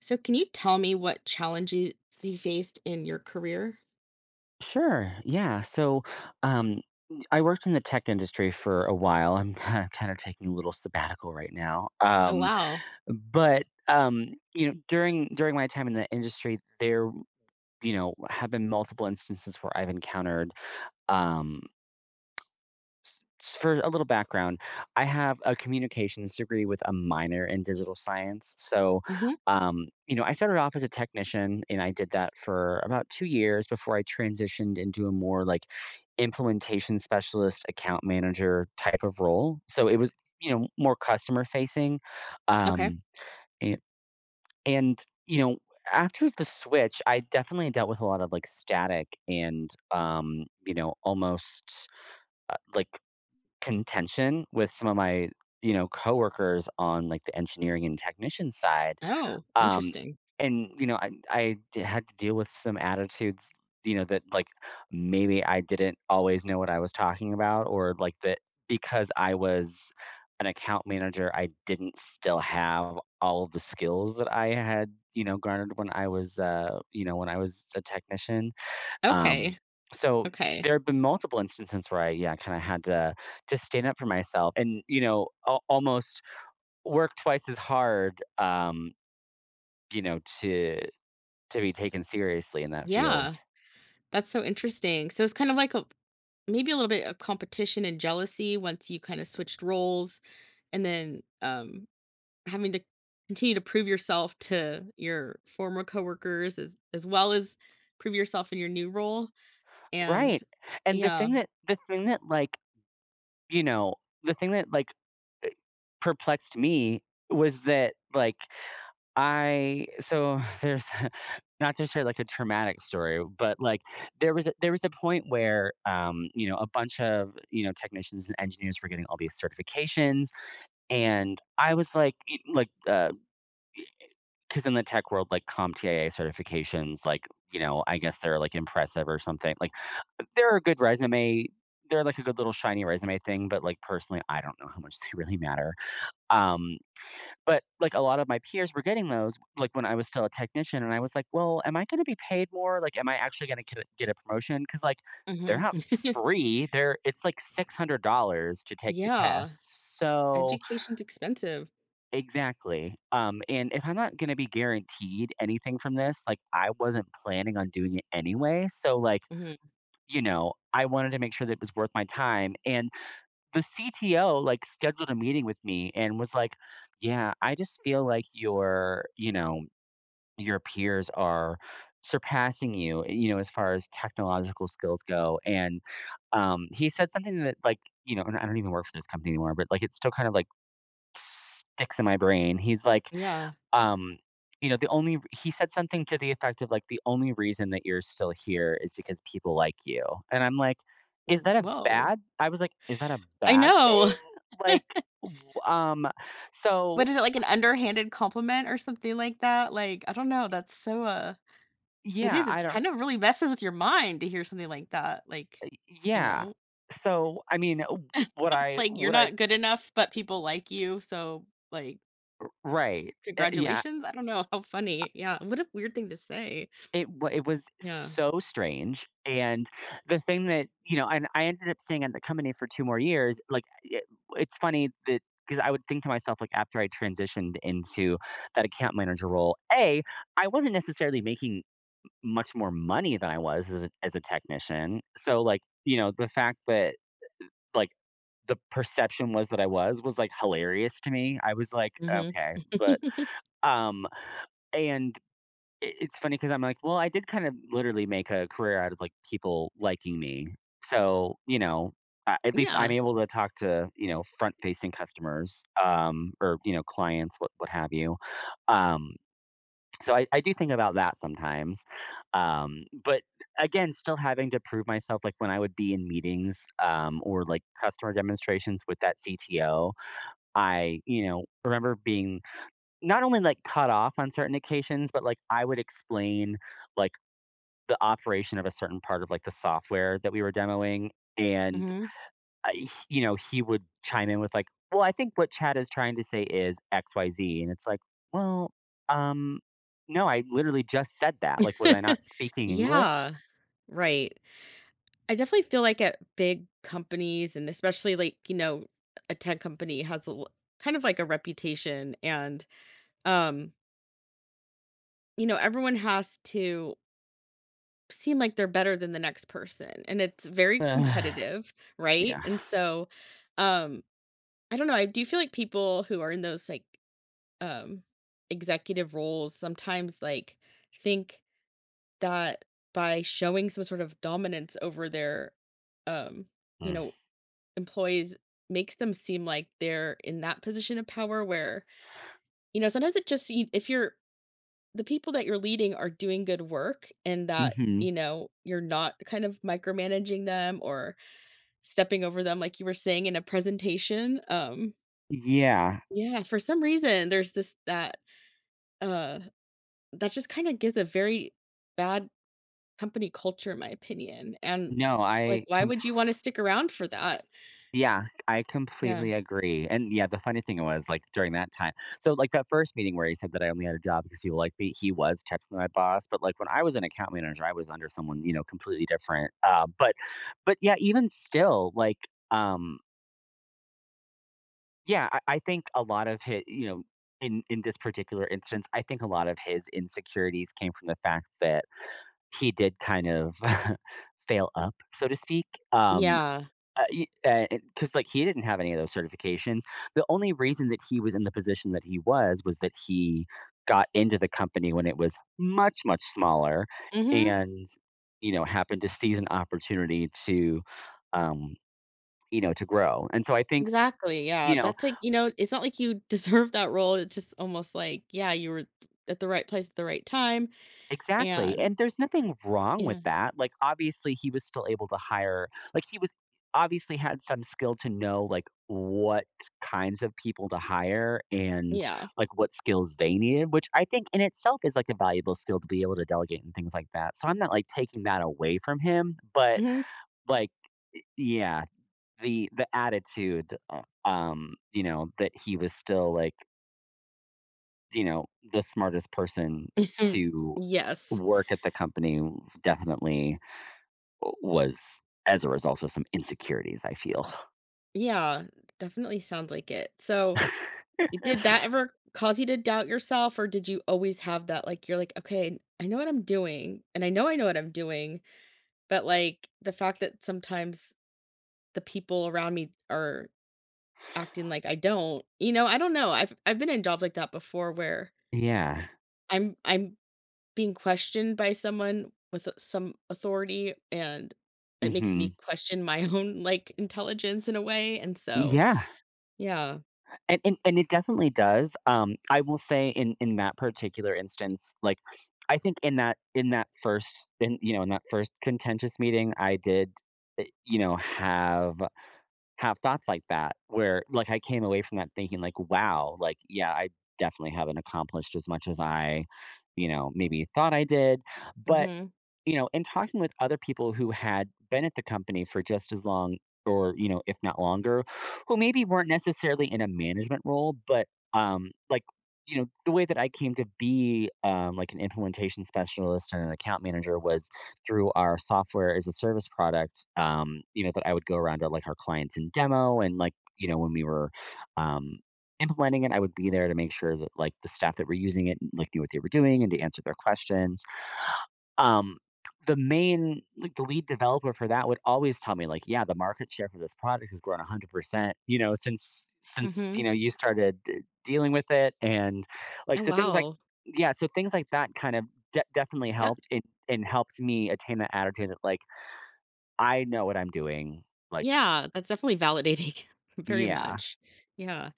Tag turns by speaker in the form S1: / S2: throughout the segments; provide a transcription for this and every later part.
S1: So can you tell me what challenges you faced in your career?
S2: Sure. Yeah. So, um, I worked in the tech industry for a while. I'm kind of taking a little sabbatical right now.
S1: Oh, wow.
S2: During my time in the industry, there have been multiple instances where I've encountered um, S- For a little background, I have a communications degree with a minor in digital science. So,
S1: Mhm.
S2: I started off as a technician and I did that for about 2 years before I transitioned into a more like implementation specialist, account manager type of role. So it was, you know, more customer facing.
S1: Okay.
S2: Um, and, and you know, after the switch, I definitely dealt with a lot of like static and, you know, almost like contention with some of my, you know, coworkers on like the engineering and technician side.
S1: Oh,
S2: Um,
S1: interesting.
S2: and you know, had to deal with some attitudes, you know, that like maybe I didn't always know what I was talking about, or like that because I was an account manager, I didn't still have all of the skills that I had, you know, garnered when I was, you know, when I was a technician. Um,
S1: Okay.
S2: so
S1: Okay.
S2: there have been multiple instances where I, yeah, kind of had to stand up for myself, and you know, almost work twice as hard, you know, to be taken seriously in that field,
S1: Yeah. That's so interesting. So it's kind of like a maybe a little bit of competition and jealousy once you kind of switched roles and then having to continue to prove yourself to your former coworkers as well as prove yourself in your new role and
S2: right? And
S1: yeah.
S2: the thing that like you know the thing that like eh, perplexed me was that like I so there's not to share like a traumatic story, but like there was a point where you know a bunch of you know technicians and engineers were getting all these certifications, and I was like because in the tech world like CompTIA certifications like you know I guess they're like impressive or something like they're a good resume. They're like a good little shiny resume thing, but like personally, I don't know how much they really matter. Um, but, like, a lot of my peers were getting those, like, when I was still a technician, and I was like, "Well, am I gonna be paid more? Like, am I actually gonna get a promotion?" 'Cause, like, they're
S1: Mhm.
S2: not free, they're it's like $600 to take the
S1: Yeah.
S2: test, so
S1: Education's expensive.
S2: exactly, and if I'm not gonna be guaranteed anything from this, like, I wasn't planning on doing it anyway, so, like,
S1: Mhm.
S2: you know, I wanted to make sure that it was worth my time, and the CTO like scheduled a meeting with me and was like, "Yeah, I just feel like your, you know, your peers are surpassing you, you know, as far as technological skills go." And he said something that like, you know, and I don't even work for this company anymore, but like it still kind of like sticks in my brain. He's like,
S1: Yeah.
S2: um you know the only he said something to the effect of like the only reason that you're still here is because people like you. And I'm like, is
S1: Mm,
S2: that a
S1: whoa.
S2: bad I was like, is that a
S1: I
S2: bad
S1: know.
S2: thing? Like w- um so
S1: What is it, like an underhanded compliment or something like that? Like, I don't know. That's so it
S2: yeah,
S1: is. It's
S2: I don't
S1: kind of really messes with your mind to hear something like that. Like, you
S2: yeah.
S1: know,
S2: So I mean,
S1: like you're
S2: would I,
S1: not good enough, but people like you. So like
S2: right? Yeah.
S1: congratulations. I don't know. How funny. Yeah. What a weird thing to say.
S2: It was
S1: Yeah.
S2: so strange, and the thing that you know, and I ended up staying at the company for 2 more years, like, it's funny that because I would think to myself, like, after I transitioned into that account manager role, A, I wasn't necessarily making much more money than I was as a technician, so, like, you know, the fact that, like, the perception was that I was, like, hilarious to me. I was like,
S1: Hmm.
S2: "Okay," but, um, and it, it's funny because I'm like, well, I did kind of literally make a career out of like people liking me. So, you know, at least I'm
S1: Yeah.
S2: able to talk to, you know, front facing customers or, you know, clients, what have you. Um, so I do think about that sometimes. But again, still having to prove myself, like when I would be in meetings or like customer demonstrations with that CTO, you know, remember being not only, like, cut off on certain occasions, but, like, I would explain, like, the operation of a certain part of, like, the software that we were demoing, and,
S1: Hmm.
S2: he you know, he would chime in with, like, "Well, I think what Chad is trying to say is XYZ," and it's like, "Well, um, no, I literally just said that, like, was I not speaking English?"
S1: Yeah. Right. I definitely feel like at big companies and especially, like, you know, a tech company has a kind of like a reputation and um, you know, everyone has to seem like they're better than the next person, and it's very
S2: Ugh,
S1: competitive, right?
S2: yeah.
S1: And so um I don't know, I do feel like people who are in those like um executive roles sometimes like think that by showing some sort of dominance over their um you
S2: Mm.
S1: know employees makes them seem like they're in that position of power where, you know, sometimes it just see if you're the people that you're leading are doing good work and that,
S2: Mhm.
S1: you know, you're not kind of micromanaging them or stepping over them like you were saying in a presentation.
S2: Yeah.
S1: Yeah, for some reason there's this that uh that just kind of gives a very bad company culture, in my opinion. And
S2: No,
S1: like
S2: I
S1: why would you want to stick around for that?
S2: yeah, I
S1: Yeah.
S2: completely agree. And yeah, the funny thing was like during that time. So like that first meeting where he said that I only had a job because people like me, he was technically my boss. But like when I was an account manager, I was under someone, you know, completely different. But yeah, even still, like yeah, I think a lot of his you know, in this particular instance, I think a lot of his insecurities came from the fact that he did kind of fail up, so to speak. Um
S1: Yeah.
S2: y and 'cause, like, he didn't have any of those certifications. The only reason that he was in the position that he was that he got into the company when it was much, much smaller
S1: Mhm.
S2: and, you know, happened to seize an opportunity to, um, you know, to grow, and so I think,
S1: Exactly,
S2: you
S1: yeah,
S2: know
S1: that's like, you know, it's not like you deserve that role, it's just almost like, yeah, you were at the right place at the right time,
S2: exactly,
S1: and
S2: and there's nothing wrong with
S1: yeah,
S2: that, like, obviously, he was obviously had some skill to know, like, what kinds of people to hire and,
S1: yeah,
S2: like, what skills they needed, which I think in itself is, like, a valuable skill to be able to delegate and things like that, so I'm not, like, taking that away from him, but,
S1: mhm.
S2: like, yeah, the attitude, you know, that he was still, like you know, the smartest person to
S1: Yes,
S2: work at the company definitely was as a result of some insecurities, I feel.
S1: yeah, definitely sounds like it. So, did that ever cause you to doubt yourself, or did you always have that, like, you're like, "Okay, I know what I'm doing, and I know what I'm doing," but, like, the fact that sometimes the people around me are acting like I don't, you know, I don't know, I've been in jobs like that before where
S2: Yeah.
S1: I'm being questioned by someone with some authority, and it makes
S2: Hmm.
S1: me question my own, like, intelligence in a way, and so
S2: Yeah.
S1: yeah.
S2: And it definitely does. I will say in that particular instance, like I think in that first in you know in that first contentious meeting, I did you know have thoughts like that where like I came away from that thinking like, wow, like yeah, I definitely haven't accomplished as much as I, you know, maybe thought I did. But
S1: Mhm.
S2: you know, and talking with other people who had been at the company for just as long or, you know, if not longer, who maybe weren't necessarily in a management role, but um like you know the way that I came to be like an implementation specialist and an account manager was through our software as a service product, you know that I would go around to like our clients in demo and like you know when we were um, implementing it I would be there to make sure that like the staff that were using it like knew what they were doing and to answer their questions. um, the lead developer for that would always tell me like, "Yeah, the market share for this product has grown 100%, you know,
S1: Mhm.
S2: you know, you started d dealing with it," and, like,
S1: Oh,
S2: so things like
S1: wow.
S2: yeah, so things like that kind of de definitely
S1: That
S2: helped and helped me attain that attitude that like, "I know what I'm doing." Like
S1: yeah, that's definitely validating very
S2: yeah.
S1: much. Yeah.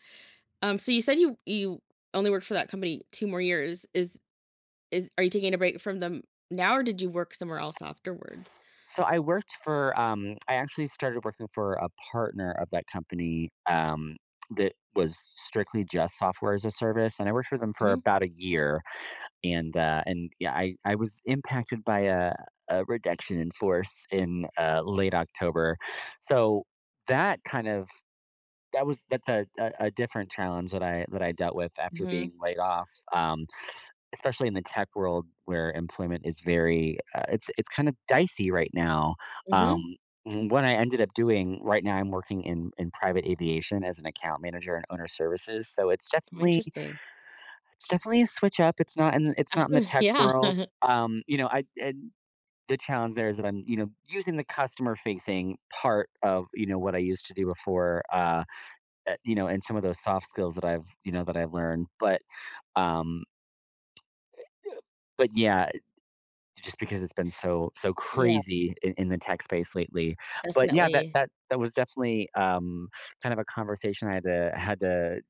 S1: So you said you only worked for that company 2 more years. Is are you taking a break from them now, or did you work somewhere else afterwards?
S2: So I worked for I actually started working for a partner of that company that was strictly just software as a service, and I worked for them for
S1: Mhm.
S2: about a year. And yeah, I was impacted by a reduction in force in late October. So that kind of that's a different challenge that I dealt with after being
S1: Mhm.
S2: laid off, especially in the tech world where employment is very, it's kind of dicey right now.
S1: Mhm.
S2: Um, and what I ended up doing right now, I'm working in private aviation as an account manager and owner services, so
S1: Oh, interesting.
S2: it's definitely a switch up. It's
S1: I was
S2: not in the
S1: gonna say
S2: tech
S1: yeah.
S2: world. You know, I and The challenge there is that I'm you know using the customer facing part of you know what I used to do before. You know, and some of those soft skills that I've, you know, that I've learned. Um, but yeah, just because it's been so
S1: Yeah,
S2: crazy in the tech space lately. But yeah, that
S1: definitely.
S2: that that was definitely kind of a conversation I had to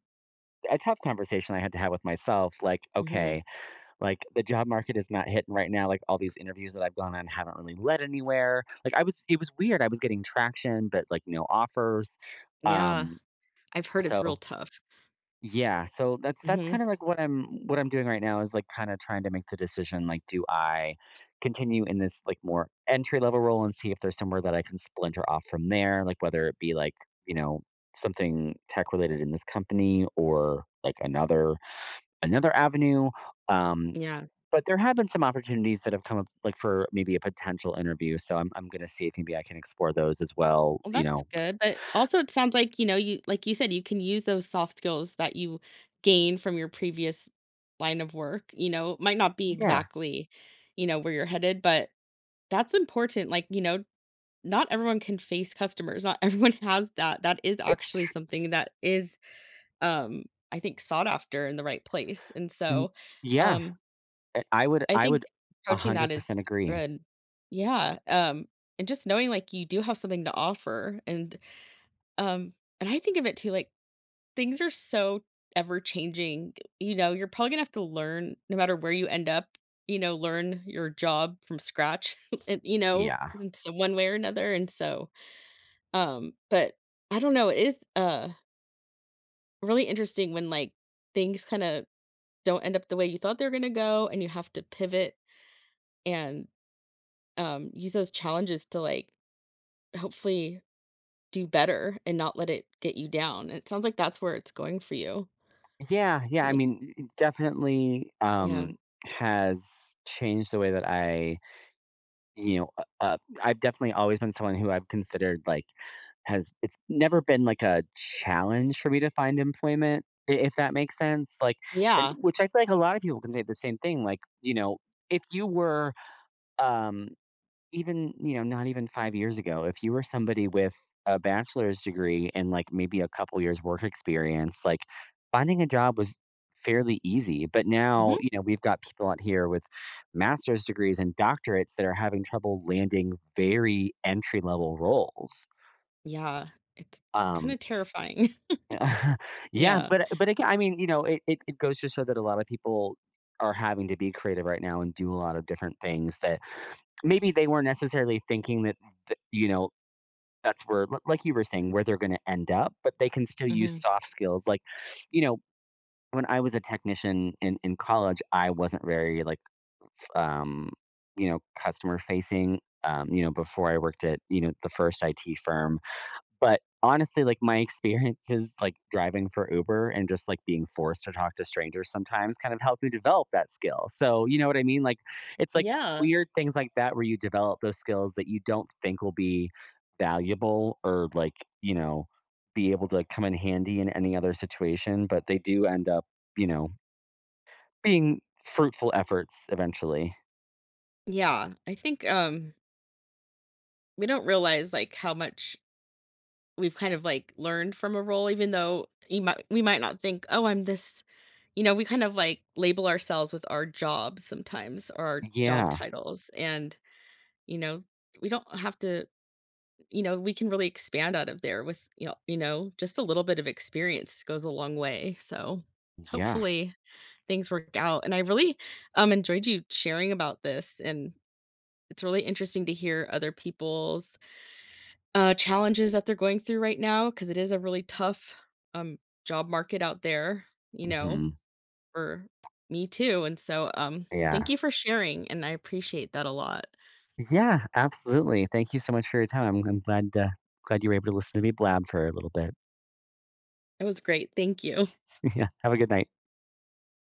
S2: a tough conversation I had to have with myself. Like,
S1: Mhm.
S2: okay, like the job market is not hitting right now. Like all these interviews that I've gone on haven't really led anywhere. Like it was weird. I was getting traction, but like no offers.
S1: Yeah,
S2: Um,
S1: I've heard it's real
S2: so
S1: tough.
S2: yeah, so that's
S1: Mhm,
S2: kind of like what I'm doing right now is like kind of trying to make the decision, like, do I continue in this like more entry level role and see if there's somewhere that I can splinter off from there, like whether it be like, you know, something tech related in this company or like another avenue, um
S1: yeah.
S2: but there have been some opportunities that have come up like for maybe a potential interview, so I'm going to see if maybe I can explore those as well,
S1: Well,
S2: you
S1: that's
S2: know.
S1: good, but also it sounds like, you know, you like you said, you can use those soft skills that you gain from your previous line of work, you know, it might not be
S2: Yeah,
S1: exactly, you know, where you're headed, but that's important, like, you know, not everyone can face customers, not everyone has that, that is
S2: it's
S1: actually
S2: tr-
S1: something that is, um, I think sought after in the right place, and
S2: n-
S1: so,
S2: yeah,
S1: um
S2: And I would
S1: I
S2: I
S1: think
S2: would
S1: approaching that is
S2: 100% agree.
S1: good. Yeah, and just knowing, like, you do have something to offer um and I think of it too, like, things are so ever changing, you know, you're probably gonna have to learn no matter where you end up, you know, learn your job from scratch and, you know,
S2: Yeah.
S1: in so one way or another, and so, but I don't know, it is, really interesting when, like, things kinda don't end up the way you thought they were gonna go and you have to pivot and use those challenges to, like, hopefully do better and not let it get you down, it sounds like that's where it's going for you.
S2: Yeah, yeah, I
S1: Like
S2: mean, it definitely,
S1: yeah.
S2: has changed the way that I, you know, uh uh, I've definitely always been someone who I've considered, like, has it's never been, like, a challenge for me to find employment, I if that makes sense, like, and
S1: Yeah.
S2: which I feel like a lot of people can say the same thing, like, you know, if you were, um Even, you know, not even 5 years ago - wait years ago, if you were somebody with a bachelor's degree and, like, maybe a couple years' work experience, like, finding a job was fairly easy, but
S1: Mhm.
S2: now, you know, we've got people out here with master's degrees and doctorates that are having trouble landing very entry-level roles.
S1: Yeah. It's
S2: Um,
S1: kinda terrifying.
S2: yeah,
S1: Yeah.
S2: but again, I mean, you know, it goes to show that a lot of people are having to be creative right now and do a lot of different things that maybe they weren't necessarily thinking that, th you know, that's where li like you were saying, where they're gonna end up, but they can still use
S1: Mhm.
S2: soft skills, like, you know, when I was a technician in college, I wasn't very, like, um, you know, customer facing, you know, before I worked at, you know, the first IT firm, but honestly, like my experiences like driving for Uber and just like being forced to talk to strangers sometimes kind of helped me develop that skill. So, you know what I mean? Like it's like
S1: Yeah.
S2: weird things like that where you develop those skills that you don't think will be valuable or like, you know, be able to come in handy in any other situation, but they do end up, you know, being fruitful efforts eventually.
S1: Yeah. I think, we don't realize, like, how much we've kind of, like, learned from a role even though you might we might not think, "Oh, I'm this," you know, we kind of, like, label ourselves with our jobs sometimes or our job
S2: Yeah.
S1: titles, and, you know, we don't have to you know, we can really expand out of there with, you know, just a little bit of experience goes a long way. So
S2: Yeah.
S1: hopefully things work out. And I really enjoyed you sharing about this, and it's really interesting to hear other people's challenges that they're going through right now because it is a really tough um job market out there, you know,
S2: hmm
S1: for me too. And so thank
S2: Yeah.
S1: you for sharing and I appreciate that a lot.
S2: Yeah, absolutely. Thank you so much for your time. I'm glad, glad you were able to listen to me blab for a little bit.
S1: It was great. Thank you.
S2: Yeah, have a good night.